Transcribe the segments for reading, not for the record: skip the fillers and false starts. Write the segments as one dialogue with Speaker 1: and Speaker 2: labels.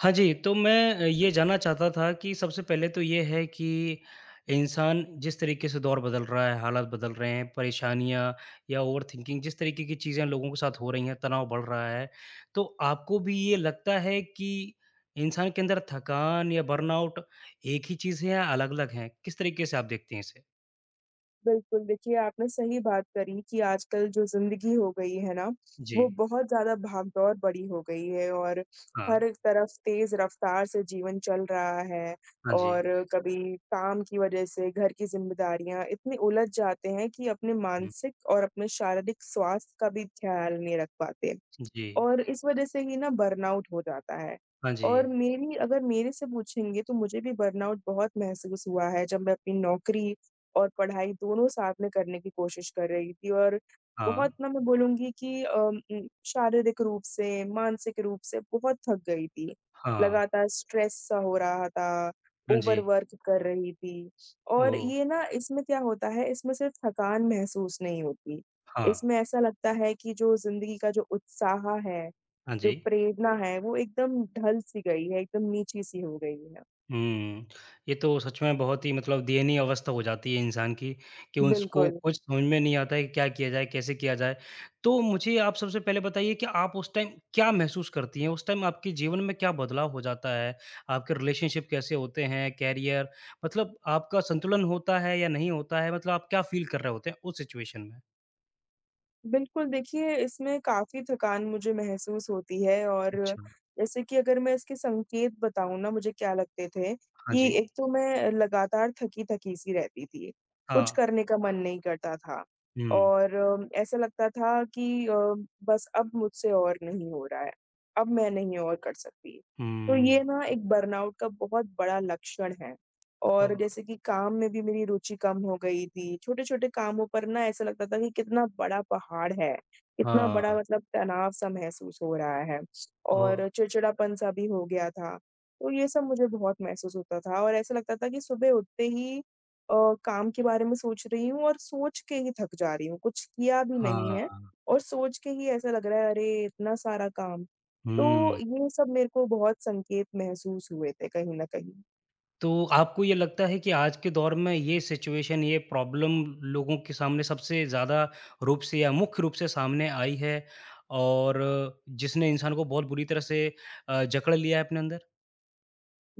Speaker 1: हाँ जी, तो मैं ये जानना चाहता था कि सबसे पहले तो ये है कि इंसान जिस तरीके से दौर बदल रहा है, हालात बदल रहे हैं, परेशानियाँ या ओवरथिंकिंग जिस तरीके की चीज़ें लोगों के साथ हो रही हैं, तनाव बढ़ रहा है। तो आपको भी ये लगता है कि इंसान के अंदर थकान या बर्नआउट एक ही चीज़ है या अलग-अलग हैं? किस तरीके से आप देखते हैं इसे?
Speaker 2: बिल्कुल, देखिए आपने सही बात करी कि आजकल जो ज़िंदगी हो गई है ना,
Speaker 1: जी।
Speaker 2: वो बहुत ज़्यादा भागदौड़ बड़ी हो गई है और
Speaker 1: हाँ।
Speaker 2: हर एक तरफ तेज़ रफ़्तार से जीवन चल रहा है
Speaker 1: हाँ जी।
Speaker 2: और कभी काम की वज़ह से घर की ज़िम्मेदारियाँ इतनी उलझ जाते हैं कि अपने
Speaker 1: हुँ।
Speaker 2: मानसिक और अपने शारीरिक स्वास्थ्य का भी ख़्याल नहीं रख पाते।
Speaker 1: जी।
Speaker 2: और इस वज़ह से ही ना बर्नआउट हो जाता है।
Speaker 1: हाँ जी।
Speaker 2: और मेरी अगर मेरे से पूछेंगे तो मुझे भी बर्नआउट बहुत महसूस हुआ है जब मैं अपनी नौकरी और पढ़ाई दोनों साथ में करने की कोशिश कर रही थी और
Speaker 1: हाँ।
Speaker 2: बहुत ना मैं बोलूँगी कि शारीरिक रूप से, मानसिक रूप से बहुत थक गई थी।
Speaker 1: हाँ।
Speaker 2: लगातार स्ट्रेस सा हो रहा था,
Speaker 1: हाँ जी।
Speaker 2: ओवरवर्क कर रही थी और
Speaker 1: ओह!
Speaker 2: ये ना इसमें क्या होता है, इसमें सिर्फ़ थकान महसूस नहीं होती।
Speaker 1: हाँ।
Speaker 2: इसमें ऐसा लगता है कि जो ज़िंदगी का जो उत्साह है,
Speaker 1: हाँ
Speaker 2: जो
Speaker 1: जी।
Speaker 2: प्रेरणा है, वो एकदम ढल-सी गई है, एकदम नीची-सी हो गई है।
Speaker 1: हुँ। ये तो सच में बहुत ही मतलब दयनीय अवस्था हो जाती है इंसान की, कि उसको
Speaker 2: बिल्कुल।
Speaker 1: कुछ समझ में नहीं आता है कि क्या किया जाए, कैसे किया जाए। तो मुझे आप सबसे पहले बताइए कि आप उस टाइम क्या महसूस करती हैं? उस टाइम आपके जीवन में क्या बदलाव हो जाता है? आपके रिलेशनशिप कैसे होते हैं, कैरियर मतलब आपका संतुलन होता है या नहीं होता है? मतलब आप क्या फ़ील कर रहे होते हैं उस सिचुएशन में?
Speaker 2: बिल्कुल, देखिए इसमें काफ़ी थकान मुझे महसूस होती है और
Speaker 1: अच्छा।
Speaker 2: जैसे कि अगर मैं इसके संकेत बताऊँ ना मुझे क्या लगते थे,
Speaker 1: हाँ
Speaker 2: कि
Speaker 1: जी।
Speaker 2: एक तो मैं लगातार थकी-थकी सी रहती थी, कुछ
Speaker 1: हाँ।
Speaker 2: करने का मन नहीं करता था
Speaker 1: हुँ।
Speaker 2: और ऐसा लगता था कि बस अब मुझसे और नहीं हो रहा है, अब मैं नहीं और कर सकती। तो
Speaker 1: हुँ।
Speaker 2: ये ना एक बर्नआउट का बहुत बड़ा लक्षण है। और
Speaker 1: ओह!
Speaker 2: जैसे कि काम में भी मेरी रुचि कम हो गई थी। छोटे-छोटे कामों पर ना ऐसा लगता था कि कितना बड़ा पहाड़ है, कितना बड़ा
Speaker 1: हाँ।
Speaker 2: मतलब तनाव-सा महसूस हो रहा है
Speaker 1: ओह!
Speaker 2: और चिड़चिड़ापन-सा भी हो गया था। तो ये सब मुझे बहुत महसूस होता था और ऐसा लगता था कि सुबह उठते ही अ, काम के बारे में सोच रही हूँ और सोच के ही थक जा रही हूँ, कुछ किया भी नहीं है
Speaker 1: हाँ।
Speaker 2: और सोच के ही ऐसा लग रहा है, अरे! इतना सारा काम। तो
Speaker 1: हुँ।
Speaker 2: ये सब मेरे को बहुत संकेत महसूस हुए थे कहीं न कहीं।
Speaker 1: तो आपको ये लगता है कि आज के दौर में ये सिचुएशन, ये प्रॉब्लम लोगों के सामने सबसे ज़्यादा रूप से या मुख्य रूप से सामने आई है और जिसने इंसान को बहुत बुरी तरह से जकड़ लिया है अपने अंदर?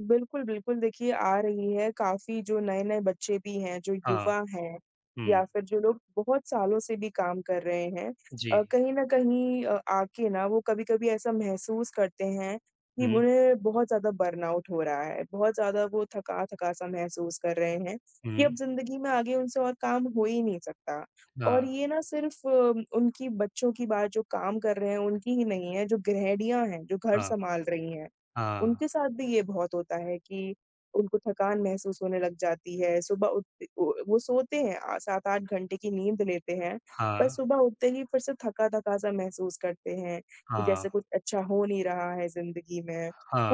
Speaker 2: बिल्कुल, बिल्कुल। देखिए आ रही है काफ़ी, जो नए-नए बच्चे भी हैं, जो
Speaker 1: हाँ।
Speaker 2: युवा हैं या
Speaker 1: हुँ।
Speaker 2: फिर जो लोग बहुत सालों से भी काम कर रहे हैं,
Speaker 1: जी।
Speaker 2: कहीं न कहीं आके ना वो कभी-कभी ऐसा महसूस करते हैं कि
Speaker 1: हुँ,
Speaker 2: उन्हें बहुत ज़्यादा बर्नआउट हो रहा है, बहुत ज़्यादा वो थका-थका सा महसूस कर रहे हैं, कि
Speaker 1: हुँ।
Speaker 2: अब ज़िंदगी में आगे उनसे और काम हो ही नहीं सकता। और
Speaker 1: हाँ,
Speaker 2: ये ना सिर्फ़ उनकी, बच्चों की बात जो काम कर रहे हैं उनकी ही नहीं है, जो गृहिणियाँ हैं, जो घर
Speaker 1: हाँ,
Speaker 2: सँभाल रही हैं,
Speaker 1: हाँ,
Speaker 2: उनके साथ भी ये बहुत होता है कि उनको थकान महसूस होने लग जाती है। सुबह उठते वो सोते हैं, 7-8 घंटे की नींद लेते हैं, पर
Speaker 1: हाँ,
Speaker 2: सुबह उठते ही फिर से थका-थका सा महसूस करते हैं, कि
Speaker 1: हाँ,
Speaker 2: जैसे कुछ अच्छा हो नहीं रहा है ज़िंदगी में,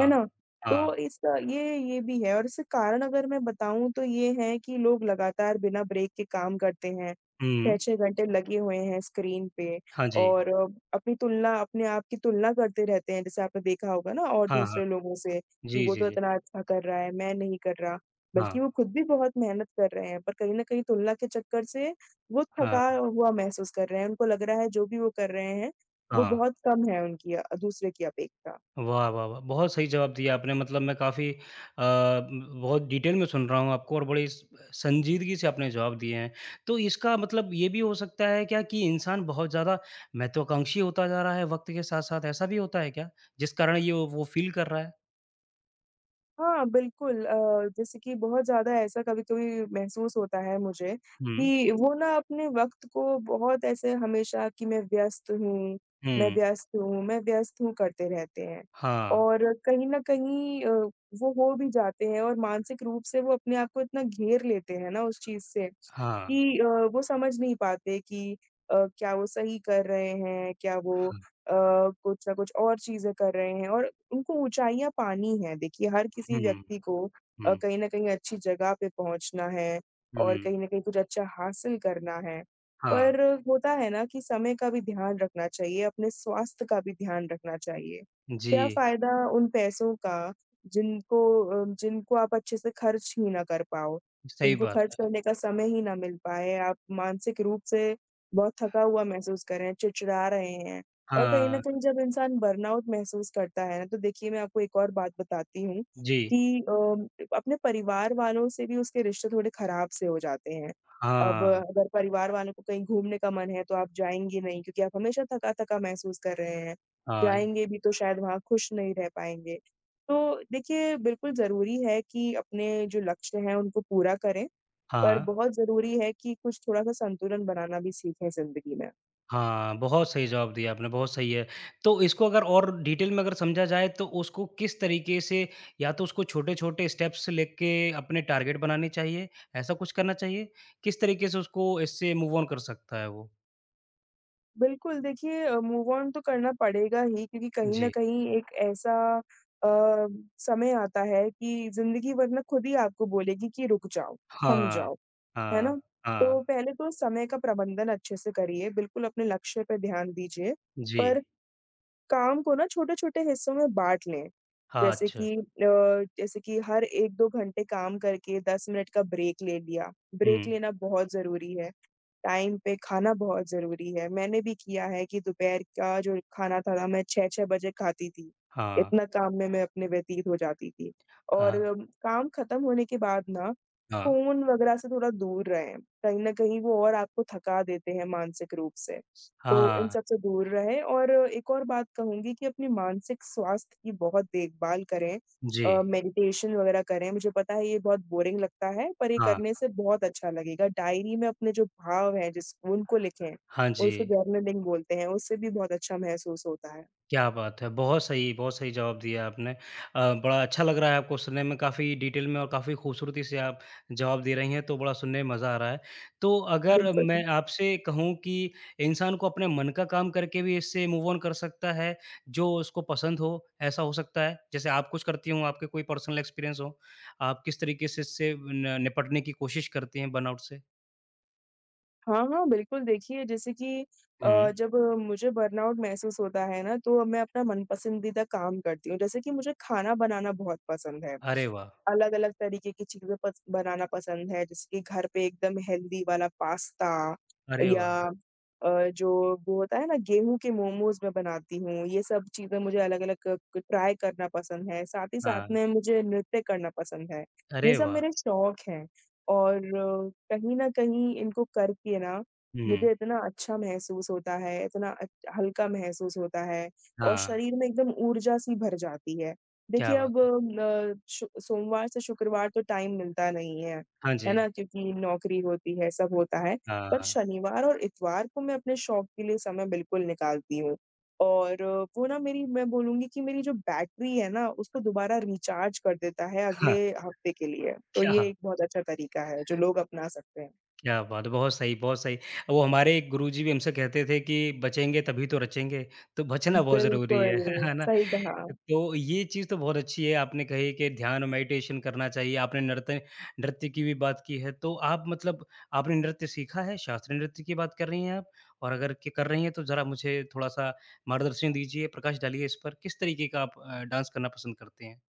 Speaker 2: है ना? तो
Speaker 1: हाँ।
Speaker 2: इसका ये भी है और इसके कारण अगर मैं बताऊँ तो ये हैं कि लोग लगातार बिना ब्रेक के काम करते हैं,
Speaker 1: हुँ।
Speaker 2: 6-6 घंटे लगे हुए हैं स्क्रीन पे।
Speaker 1: हाँ जी।
Speaker 2: और अपनी तुलना, अपने आप की तुलना करते रहते हैं, जैसे आपने देखा होगा ना और
Speaker 1: हाँ, हाँ।
Speaker 2: दूसरे लोगों से, कि
Speaker 1: जी,
Speaker 2: वो
Speaker 1: जी,
Speaker 2: तो
Speaker 1: जी।
Speaker 2: इतना अच्छा कर रहा है, मैं नहीं कर रहा।
Speaker 1: हाँ,
Speaker 2: बल्कि वो खुद भी बहुत मेहनत कर रहे हैं, पर कहीं न कहीं तुलना के चक्कर से वो
Speaker 1: हाँ,
Speaker 2: थका हुआ महसूस कर रहे हैं। उनको लग रहा है जो भी वो कर रहे हैं, वो
Speaker 1: हाँ।
Speaker 2: बहुत कम है उनकी दूसरे की अपेक्षा।
Speaker 1: वाह, वाह, वाह! बहुत सही जवाब दिया आपने मतलब मैं काफ़ी बहुत डिटेल में सुन रहा हूँ आपको और बड़ी स संजीदगी से आपने जवाब दिए हैं। तो इसका मतलब ये भी हो सकता है क्या कि इंसान बहुत ज़्यादा महत्वाकांक्षी होता जा रहा है वक़्त के साथ-साथ, ऐसा भी होता है क्या? जिस कारण ये वो फ़ील कर रहा है?
Speaker 2: हाँ, बिल्कुल, जैसे कि बहुत ज़्यादा ऐसा कभी-कभी महसूस होता है मुझे,
Speaker 1: हुँ,
Speaker 2: कि वो ना अपने वक़्त को बहुत ऐसे हमेशा कि मैं व्यस्त हूँ, मैं
Speaker 1: हुँ,
Speaker 2: व्यस्त हूँ, मैं व्यस्त हूँ करते रहते हैं।
Speaker 1: हाँ,
Speaker 2: और कहीं न कहीं वो हो भी जाते हैं और मानसिक रूप से वो अपने आप को इतना घेर लेते हैं ना उस चीज़ से
Speaker 1: हाँ,
Speaker 2: कि वो समझ नहीं पाते कि क्या वो सही कर रहे हैं, क्या वो
Speaker 1: हाँ,
Speaker 2: कुछ न कुछ और चीज़ें कर रहे हैं और उनको ऊँचाइयाँ पानी हैं। देखिए, हर किसी
Speaker 1: हुँ,
Speaker 2: व्यक्ति को
Speaker 1: हुँ,
Speaker 2: कहीं न कहीं अच्छी जगह पे पहुँचना है
Speaker 1: हुँ,
Speaker 2: और कहीं न कहीं कुछ अच्छा हासिल करना है।
Speaker 1: हाँ,
Speaker 2: पर होता है ना कि समय का भी ध्यान रखना चाहिए, अपने स्वास्थ्य का भी ध्यान रखना चाहिए।
Speaker 1: जी,
Speaker 2: क्या फ़ायदा उन पैसों का जिनको जिनको आप अच्छे से खर्च ही ना कर पाओ,
Speaker 1: सही
Speaker 2: जिनको
Speaker 1: बात
Speaker 2: खर्च
Speaker 1: है।
Speaker 2: करने का समय ही ना मिल पाए, आप मानसिक रूप से बहुत थका हुआ महसूस कर रहे हैं, चिड़चिड़ा रहे हैं। और कहीं न
Speaker 1: हाँ,
Speaker 2: कहीं जब इंसान बर्नआउट महसूस करता है ना, तो देखिए मैं आपको एक और बात बताती हूँ,
Speaker 1: जी,
Speaker 2: कि अपने परिवार वालों से भी उसके रिश्ते थोड़े ख़राब से हो जाते हैं। अब
Speaker 1: हाँ,
Speaker 2: अगर परिवार वालों को कहीं घूमने का मन है, तो आप जाएँगे नहीं क्योंकि आप हमेशा थका-थका महसूस कर रहे हैं।
Speaker 1: हाँ,
Speaker 2: जाएँगे भी तो शायद वहाँ खुश नहीं रह पाएँगे। तो देखिए, बिल्कुल ज़रूरी है कि अपने जो लक्ष्य हैं, उनको पूरा करें, पर
Speaker 1: हाँ।
Speaker 2: बहुत ज़रूरी है कि कुछ थोड़ा-सा संतुलन बनाना भी सीखें ज़िंदगी में।
Speaker 1: हाँ, बहुत सही जवाब दिया आपने, बहुत सही है। तो इसको अगर और डिटेल में अगर समझा जाए तो उसको किस तरीके से या तो उसको छोटे-छोटे स्टेप्स से लेके अपने टारगेट बनाने चाहिए, ऐसा कुछ करना चाहिए? किस तरीके से उसको इससे मूव ऑन कर सकता है वो?
Speaker 2: बिल्कुल, देखिए, मूव ऑन तो करना पड़ेगा ही क्योंकि कहीं न
Speaker 1: जी।
Speaker 2: कहीं एक ऐसा अ, समय आता है कि ज़िंदगी वरना खुद ही आपको बोलेगी कि रुक जाओ, थम
Speaker 1: हाँ,
Speaker 2: जाओ, है ना?
Speaker 1: हाँ,
Speaker 2: तो
Speaker 1: हाँ,
Speaker 2: पहले तो समय का प्रबंधन अच्छे से करिए, बिल्कुल अपने लक्ष्य पे ध्यान दीजिए।
Speaker 1: जी।
Speaker 2: पर काम को ना छोटे-छोटे हिस्सों में बाँट लें।
Speaker 1: हाँ,
Speaker 2: जैसे
Speaker 1: अच्छा।
Speaker 2: कि अ, जैसे कि हर 1-2 घंटे काम करके 10 मिनट का ब्रेक ले लिया।
Speaker 1: हुँ,
Speaker 2: ब्रेक लेना बहुत ज़रूरी है। टाइम पे खाना बहुत ज़रूरी है। मैंने भी किया है कि दोपहर का जो खाना था ना मैं 6-6 बजे खाती थी।
Speaker 1: हाँ,
Speaker 2: इतना काम में मैं अपने व्यतीत हो जाती थी। और
Speaker 1: हाँ,
Speaker 2: काम ख़त्म होने के बाद ना
Speaker 1: हाँ,
Speaker 2: फ़ोन वग़ैरह से थोड़ा दूर रहें। कहीं न कहीं वो और आपको थका देते हैं मानसिक रूप से। तो इन
Speaker 1: हाँ,
Speaker 2: सब से दूर रहें और एक और बात कहूँगी कि अपनी मानसिक स्वास्थ्य की बहुत देखभाल करें।
Speaker 1: जी।
Speaker 2: मेडिटेशन वग़ैरह करें, मुझे पता है ये बहुत बोरिंग लगता है, पर ये
Speaker 1: हाँ,
Speaker 2: करने से बहुत अच्छा लगेगा। डायरी में अपने जो भाव हैं जिस उनको लिखें,
Speaker 1: हाँ जी।
Speaker 2: उसको जर्नलिंग बोलते हैं, उससे भी बहुत अच्छा महसूस होता है।
Speaker 1: क्या बात है! बहुत सही जवाब दिया आपने। बड़ा अच्छा लग रहा है आपको सुनने में, काफ़ी डिटेल में और काफ़ी खूबसूरती से आप जवाब दे रही हैं, तो बड़ा सुनने में मज़ा आ रहा है। तो अगर
Speaker 2: बिल्कुल।
Speaker 1: मैं आपसे कहूँ कि इंसान को अपने मन का काम करके भी इससे मूव ऑन कर सकता है, जो उसको पसंद हो, ऐसा हो सकता है? जैसे आप कुछ करती हों, आपके कोई पर्सनल एक्सपीरियंस हो, आप किस तरीके से इससे न निपटने की कोशिश करती हैं बर्नआउट से?
Speaker 2: हाँ, हाँ, बिल्कुल, देखिए जैसे कि
Speaker 1: हुँ।
Speaker 2: जब मुझे बर्नआउट महसूस होता है ना, तो मैं अपना मन पसंदीदा काम करती हूँ। जैसे कि मुझे खाना बनाना बहुत पसंद है।
Speaker 1: अरे वाह!
Speaker 2: अलग-अलग तरीके की चीज़ें पस बनाना पसंद है, जैसे कि घर पे एकदम हेल्दी वाला पास्ता
Speaker 1: अरे
Speaker 2: या
Speaker 1: वाह!
Speaker 2: जो वो होता है ना, गेहूँ के मोमोज़ मैं बनाती हूँ, ये सब चीज़ें मुझे अलग-अलग क क ट्राई करना पसंद है, साथ ही साथ
Speaker 1: हाँ।
Speaker 2: में मुझे नृत्य करना पसंद है। ये
Speaker 1: अरे
Speaker 2: सब
Speaker 1: वाह!
Speaker 2: मेरे शौक हैं और कहीं न कहीं इनको करके ना
Speaker 1: हुँ।
Speaker 2: मुझे इतना अच्छा महसूस होता है, इतना अच हल्का महसूस होता है और
Speaker 1: हाँ,
Speaker 2: शरीर में एकदम ऊर्जा-सी भर जाती है। देखिए,
Speaker 1: क्या बात
Speaker 2: अब
Speaker 1: है।
Speaker 2: न शु सोमवार से शुक्रवार तो टाइम मिलता नहीं है,
Speaker 1: हाँ
Speaker 2: है
Speaker 1: जी।
Speaker 2: ना? क्योंकि नौकरी होती है, सब होता है। पर
Speaker 1: हाँ,
Speaker 2: शनिवार और इतवार को मैं अपने शौक के लिए समय बिल्कुल निकालती हूँ। और वो ना मेरी मैं बोलूँगी कि मेरी जो बैटरी है ना, उसको दोबारा रिचार्ज कर देता है
Speaker 1: हाँ,
Speaker 2: अगले हफ्ते के लिए। तो ये
Speaker 1: क्या
Speaker 2: एक बहुत अच्छा तरीका है, जो लोग अपना सकते हैं।
Speaker 1: क्या बात है! बहुत सही, बहुत सही। वो हमारे एक गुरुजी भी हमसे कहते थे कि बचेंगे तभी तो रचेंगे, तो बचना बहुत ज़रूरी
Speaker 2: बिल्कुल,
Speaker 1: है, है ना?
Speaker 2: सही कहा।
Speaker 1: तो ये चीज़ तो बहुत अच्छी है, आपने कही कि ध्यान और मेडिटेशन करना चाहिए, आपने नृत्य नृत्य की भी बात की है, तो आप मतलब आपने नृत्य सीखा है? शास्त्रीय नृत्य की बात कर रही हैं आप? और अगर के कर रही हैं, तो ज़रा मुझे थोड़ा-सा मार्गदर्शन दीजिए, प्रकाश डालिए इस पर, किस तरीके का आप डांस करना पसंद करते हैं?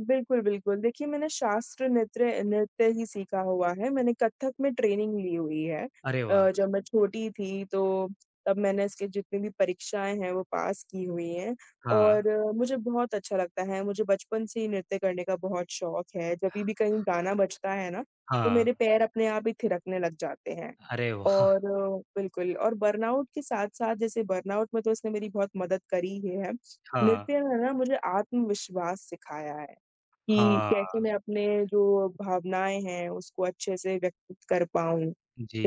Speaker 2: बिल्कुल, बिल्कुल। देखिए, मैंने शास्त्र नृत्य नृत्य ही सीखा हुआ है। मैंने कथक में ट्रेनिंग ली हुई है।
Speaker 1: अरे वाह!
Speaker 2: जब मैं छोटी थी तब मैंने इसकी जितनी भी परीक्षाएँ हैं वो पास की हुई हैं
Speaker 1: हाँ,
Speaker 2: और मुझे बहुत अच्छा लगता है। मुझे बचपन से ही नृत्य करने का बहुत शौक है। जभी भी कहीं गाना बजता है ना, तो
Speaker 1: हाँ।
Speaker 2: मेरे पैर अपने आप ही थिरकने लग जाते हैं।
Speaker 1: अरे वाह!
Speaker 2: और बिल्कुल, और बर्नआउट के साथ-साथ, जैसे बर्नआउट में तो इसने मेरी बहुत मदद करी ही है।
Speaker 1: हाँ,
Speaker 2: नृत्य ने ना मुझे आत्मविश्वास सिखाया है। कि
Speaker 1: हाँ,
Speaker 2: कैसे मैं अपने जो भावनाएँ हैं, उसको अच्छे से व्यक्त कर पाऊँ,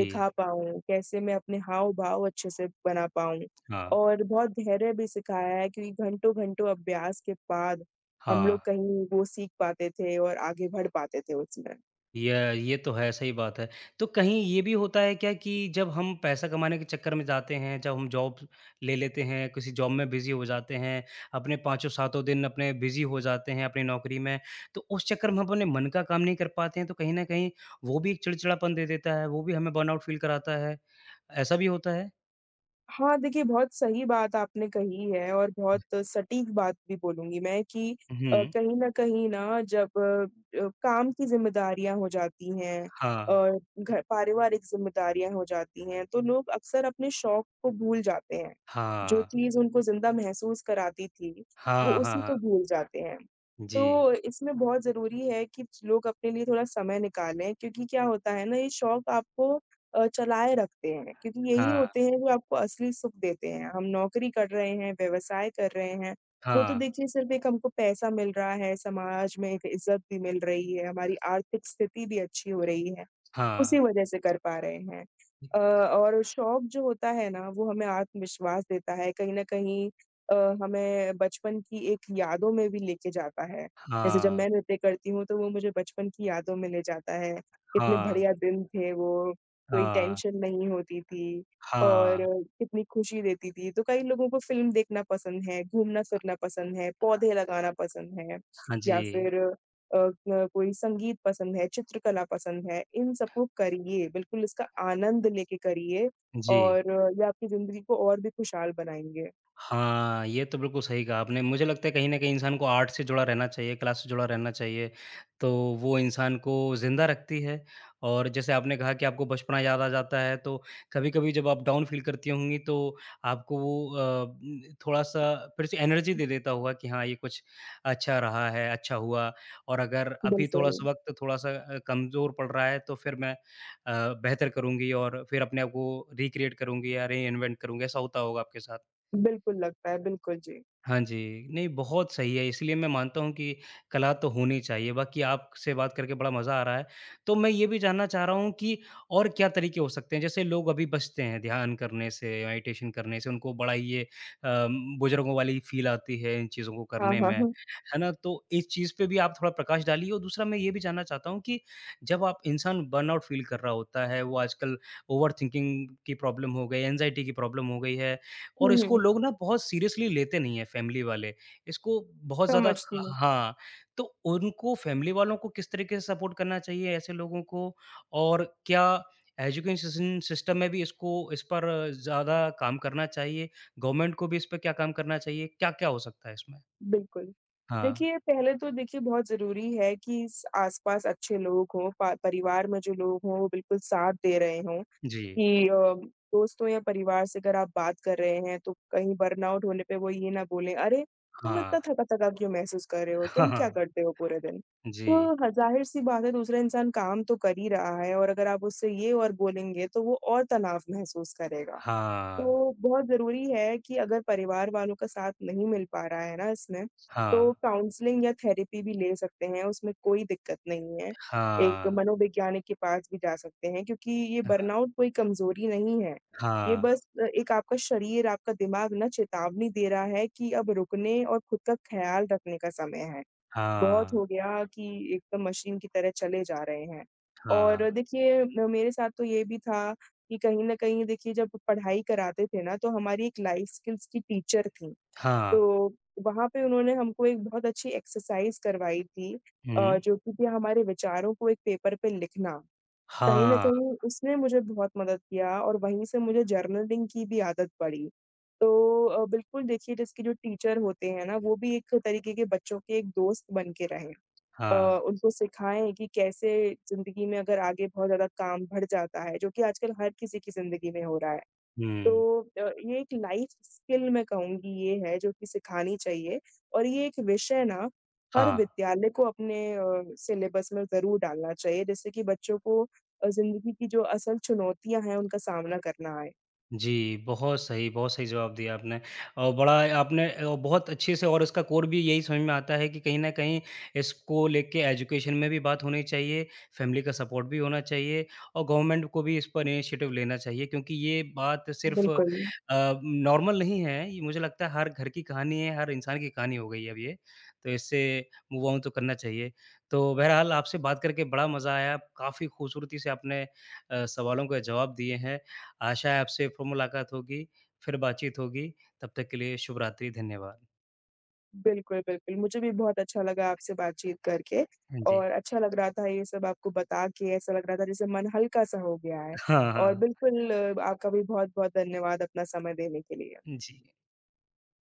Speaker 2: दिखा पाऊँ, कैसे मैं अपने हाव-भाव अच्छे से बना पाऊँ।
Speaker 1: हाँ,
Speaker 2: और बहुत धैर्य भी सिखाया है क्योंकि घंटों-घंटों अभ्यास के बाद हम
Speaker 1: हाँ,
Speaker 2: लोग कहीं वो सीख पाते थे और आगे बढ़ पाते थे उसमें।
Speaker 1: ये ये तो है, सही बात है। तो कहीं ये भी होता है क्या कि जब हम पैसा कमाने के चक्कर में जाते हैं, जब हम जॉब ले लेते हैं, किसी जॉब में बिज़ी हो जाते हैं, अपने पाँचों सातों दिन अपने बिज़ी हो जाते हैं अपनी नौकरी में, तो उस चक्कर में हम अपने मन का काम नहीं कर पाते हैं, तो कहीं न कहीं वो भी एक चिड़चिड़ापन दे देता है, वो भी हमें बर्नआउट फ़ील कराता है, ऐसा भी होता है?
Speaker 2: हाँ, देखिए बहुत सही बात आपने कही है और बहुत सटीक बात भी बोलूँगी मैं, कि
Speaker 1: हुँ,
Speaker 2: कहीं न कहीं ना, जब काम की ज़िम्मेदारियाँ हो जाती हैं
Speaker 1: हाँ,
Speaker 2: और घर पारिवारिक ज़िम्मेदारियाँ हो जाती हैं, तो लोग अक्सर अपने शौक को भूल जाते हैं। जो
Speaker 1: हाँ,
Speaker 2: चीज़ उनको ज़िंदा महसूस कराती थी, वो
Speaker 1: हाँ, हाँ,
Speaker 2: उसी
Speaker 1: हाँ,
Speaker 2: को भूल जाते हैं।
Speaker 1: जी,
Speaker 2: तो इसमें बहुत ज़रूरी है कि लोग अपने लिए थोड़ा समय निकालें क्योंकि क्या होता है ना, ये शौक आपको चलाए रखते हैं क्योंकि यही
Speaker 1: हाँ,
Speaker 2: होते हैं जो आपको असली सुख देते हैं। हम नौकरी कर रहे हैं, व्यवसाय कर रहे हैं, वो तो
Speaker 1: हाँ।
Speaker 2: देखिए सिर्फ़ एक, हमको पैसा मिल रहा है, समाज में एक इज़्ज़त भी मिल रही है, हमारी आर्थिक स्थिति भी अच्छी हो रही है। उसी
Speaker 1: हाँ।
Speaker 2: वजह से कर पा रहे हैं।
Speaker 1: जी।
Speaker 2: और शौक जो होता है ना, वो हमें आत्मविश्वास देता है, कहीं न कहीं अ, हमें बचपन की एक यादों में भी लेके जाता है। जैसे जब
Speaker 1: हाँ,
Speaker 2: मैं नृत्य करती हूँ, तो वो मुझे बचपन की यादों में ले जाता है। कितने
Speaker 1: हाँ,
Speaker 2: बढ़िया दिन थे वो, कोई
Speaker 1: हाँ,
Speaker 2: टेंशन नहीं होती थी और
Speaker 1: हाँ।
Speaker 2: कितनी खुशी देती थी। तो कई लोगों को फ़िल्म देखना पसंद है,
Speaker 1: अ अ,
Speaker 2: घूमना-फिरना पसंद है, पौधे लगाना पसंद है
Speaker 1: हाँ जी,
Speaker 2: या फिर अ, न कोई संगीत पसंद है, चित्रकला पसंद है, इन सबको करिए, बिल्कुल इसका आनंद लेके करिए
Speaker 1: जी।
Speaker 2: और ये आपकी ज़िंदगी को और भी खुशहाल बनाएँगे।
Speaker 1: हाँ, ये तो बिल्कुल सही कहा आपने। मुझे लगता है कहीं न कहीं इंसान को आर्ट से जुड़ा रहना चाहिए, कला से जुड़ा रहना चाहिए, तो वो इंसान को ज़िंदा रखती है। और जैसे आपने कहा कि आपको बचपना याद आ जाता है, तो कभी-कभी जब आप डाउन फ़ील करती होंगी तो आपको वो थोड़ा-सा फिर से एनर्जी दे देता होगा कि हाँ, ये कुछ अच्छा रहा है, अच्छा हुआ और अगर अभी
Speaker 2: बिल्कुल,
Speaker 1: थोड़ा-सा वक़्त थोड़ा-सा कमज़ोर पड़ रहा है, तो फिर मैं बेहतर करूँगी और फिर अपने आप को रिक्रिएट करूँगी या रीइन्वेंट करूँगी। ऐसा होता होगा आपके साथ?
Speaker 2: बिल्कुल लगता है, बिल्कुल जी।
Speaker 1: हाँ जी, नहीं बहुत सही है, इसलिए मैं मानता हूँ कि कला तो होनी चाहिए, बाकी आपसे बात करके बड़ा मज़ा आ रहा है। तो मैं ये भी जानना चाह रहा हूँ कि और क्या तरीके हो सकते हैं? जैसे लोग अभी बचते हैं ध्यान करने से, मेडिटेशन करने से, उनको बड़ा ही ये बुज़ुर्गों वाली फ़ील आती है इन चीज़ों को
Speaker 2: हाँ,
Speaker 1: करने
Speaker 2: हाँ,
Speaker 1: में,
Speaker 2: हाँ।
Speaker 1: है ना? तो इस चीज़ पे भी आप थोड़ा प्रकाश डालिए और दूसरा मैं ये भी जानना चाहता हूँ कि जब आप इंसान बर्नआउट फ़ील कर रहा होता है, वो आजकल ओवरथिंकिंग की प्रॉब्लम हो गई, एंग्ज़ायटी की प्रॉब्लम हो गई है और इसको
Speaker 2: हुँ,
Speaker 1: लोग ना बहुत सीरियसली लेते नहीं हैं फैमिली वाले। इसको बहुत ज़्यादा
Speaker 2: समझती
Speaker 1: ख
Speaker 2: हूँ,
Speaker 1: हाँ, तो उनको फैमिली वालों को किस तरीके से सपोर्ट करना चाहिए ऐसे लोगों को? और क्या एजुकेशन सिस्टम में भी इसको इस पर ज़्यादा काम करना चाहिए? गवर्नमेंट को भी इस पे क्या काम करना चाहिए? क्या-क्या हो सकता है इसमें?
Speaker 2: बिल्कुल।
Speaker 1: हाँ,
Speaker 2: देखिए, पहले तो देखिए बहुत ज़रूरी है कि स आस-पास अच्छे लोग हों, पा परिवार में जो लोग हों, वो बिल्कुल साथ दे रहे हों।
Speaker 1: जी।
Speaker 2: कि दोस्तों या परिवार से अगर आप बात कर रहे हैं, तो कहीं बर्नआउट होने पे वो ये ना बोलें, "अरे! तुम
Speaker 1: हाँ।
Speaker 2: इतना थका-थका क्यों महसूस कर रहे हो?
Speaker 1: हाँ,
Speaker 2: तुम क्या
Speaker 1: हाँ।
Speaker 2: करते हो पूरे दिन?"
Speaker 1: जी।
Speaker 2: तो ह ज़ाहिर-सी बात है, दूसरा इंसान काम तो कर ही रहा है और अगर आप उससे ये और बोलेंगे, तो वो और तनाव महसूस करेगा।
Speaker 1: हाँ।
Speaker 2: तो बहुत ज़रूरी है कि अगर परिवार वालों का साथ नहीं मिल पा रहा है ना इसमें, तो
Speaker 1: हाँ।
Speaker 2: काउंसलिंग या थेरेपी भी ले सकते हैं, उसमें कोई दिक्कत नहीं है। एक
Speaker 1: हाँ।
Speaker 2: मनोवैज्ञानिक के पास भी जा सकते हैं क्योंकि ये बर्नआउट कोई कमज़ोरी नहीं है। ये
Speaker 1: हाँ।
Speaker 2: बस एक आपका शरीर, आपका दिमाग ना चेतावनी दे रहा है कि अब रुकने और खुद का ख़्याल रखने का समय है।
Speaker 1: हाँ।
Speaker 2: बहुत हो
Speaker 1: हाँ।
Speaker 2: गया कि एकदम मशीन की तरह चले जा रहे हैं।
Speaker 1: हाँ।
Speaker 2: और देखिए, म मेरे साथ तो ये भी था, कि कहीं न कहीं देखिए जब पढ़ाई कराते थे ना, तो हमारी एक लाइफ स्किल्स की टीचर थीं।
Speaker 1: हाँ।
Speaker 2: तो वहाँ पे उन्होंने हमको एक बहुत अच्छी एक्सरसाइज़ करवाई थी,
Speaker 1: हुँ।
Speaker 2: जो कि थी हमारे विचारों को एक पेपर पे लिखना। कहीं न
Speaker 1: हाँ।
Speaker 2: कहीं उसने मुझे बहुत मदद किया और वहीं से मुझे जर्नलिंग की भी आदत पड़ी। तो बिल्कुल देखिए, जिसके जो टीचर होते हैं ना, वो भी एक तरीके के बच्चों के एक दोस्त बन के रहे। अ,
Speaker 1: हाँ,
Speaker 2: उनको सिखाएँ कि कैसे ज़िंदगी में अगर आगे बहुत ज़्यादा काम बढ़ जाता है, जो कि आजकल हर किसी की ज़िंदगी में हो रहा है। तो
Speaker 1: हुँ,
Speaker 2: ये एक लाइफ़ स्किल, मैं कहूँगी ये है जो कि सिखानी चाहिए, और ये एक विषय ना हर
Speaker 1: हाँ।
Speaker 2: विद्यालय को अपने सिलेबस में ज़रूर डालना चाहिए, जिससे कि बच्चों को ज़िंदगी की जो असल चुनौतियाँ हैं, उनका सामना करना आए।
Speaker 1: जी, बहुत सही जवाब दिया आपने। और बड़ा आपने बहुत अच्छे से और इसका कोर भी यही समझ में आता है कि कहीं न कहीं इसको लेके एजुकेशन में भी बात होनी चाहिए, फैमिली का सपोर्ट भी होना चाहिए और गवर्नमेंट को भी इस पर इनिशिएटिव लेना चाहिए क्योंकि ये बात सिर्फ़
Speaker 2: बिल्कुल।
Speaker 1: नॉर्मल नहीं है, ये मुझे लगता है हर घर की कहानी है, हर इंसान की कहानी हो गई है अब ये। तो इससे मूव ऑन तो करना चाहिए। तो बहरहाल आपसे बात करके बड़ा मज़ा आया, काफ़ी खूबसूरती से आपने सवालों के जवाब दिए हैं। आशा है आपसे फिर मुलाकात होगी, फिर बातचीत होगी, तब तक के लिए शुभ रात्रि, धन्यवाद।
Speaker 2: बिल्कुल, बिल्कुल। मुझे भी बहुत अच्छा लगा आपसे बातचीत करके
Speaker 1: हाँ जी।
Speaker 2: और अच्छा लग रहा था ये सब आपको बता के, ऐसा लग रहा था जैसे मन हल्का-सा हो गया है।
Speaker 1: हाँ,
Speaker 2: और
Speaker 1: हाँ।
Speaker 2: बिल्कुल, आपका भी बहुत-बहुत धन्यवाद अपना समय देने के लिए।
Speaker 1: जी।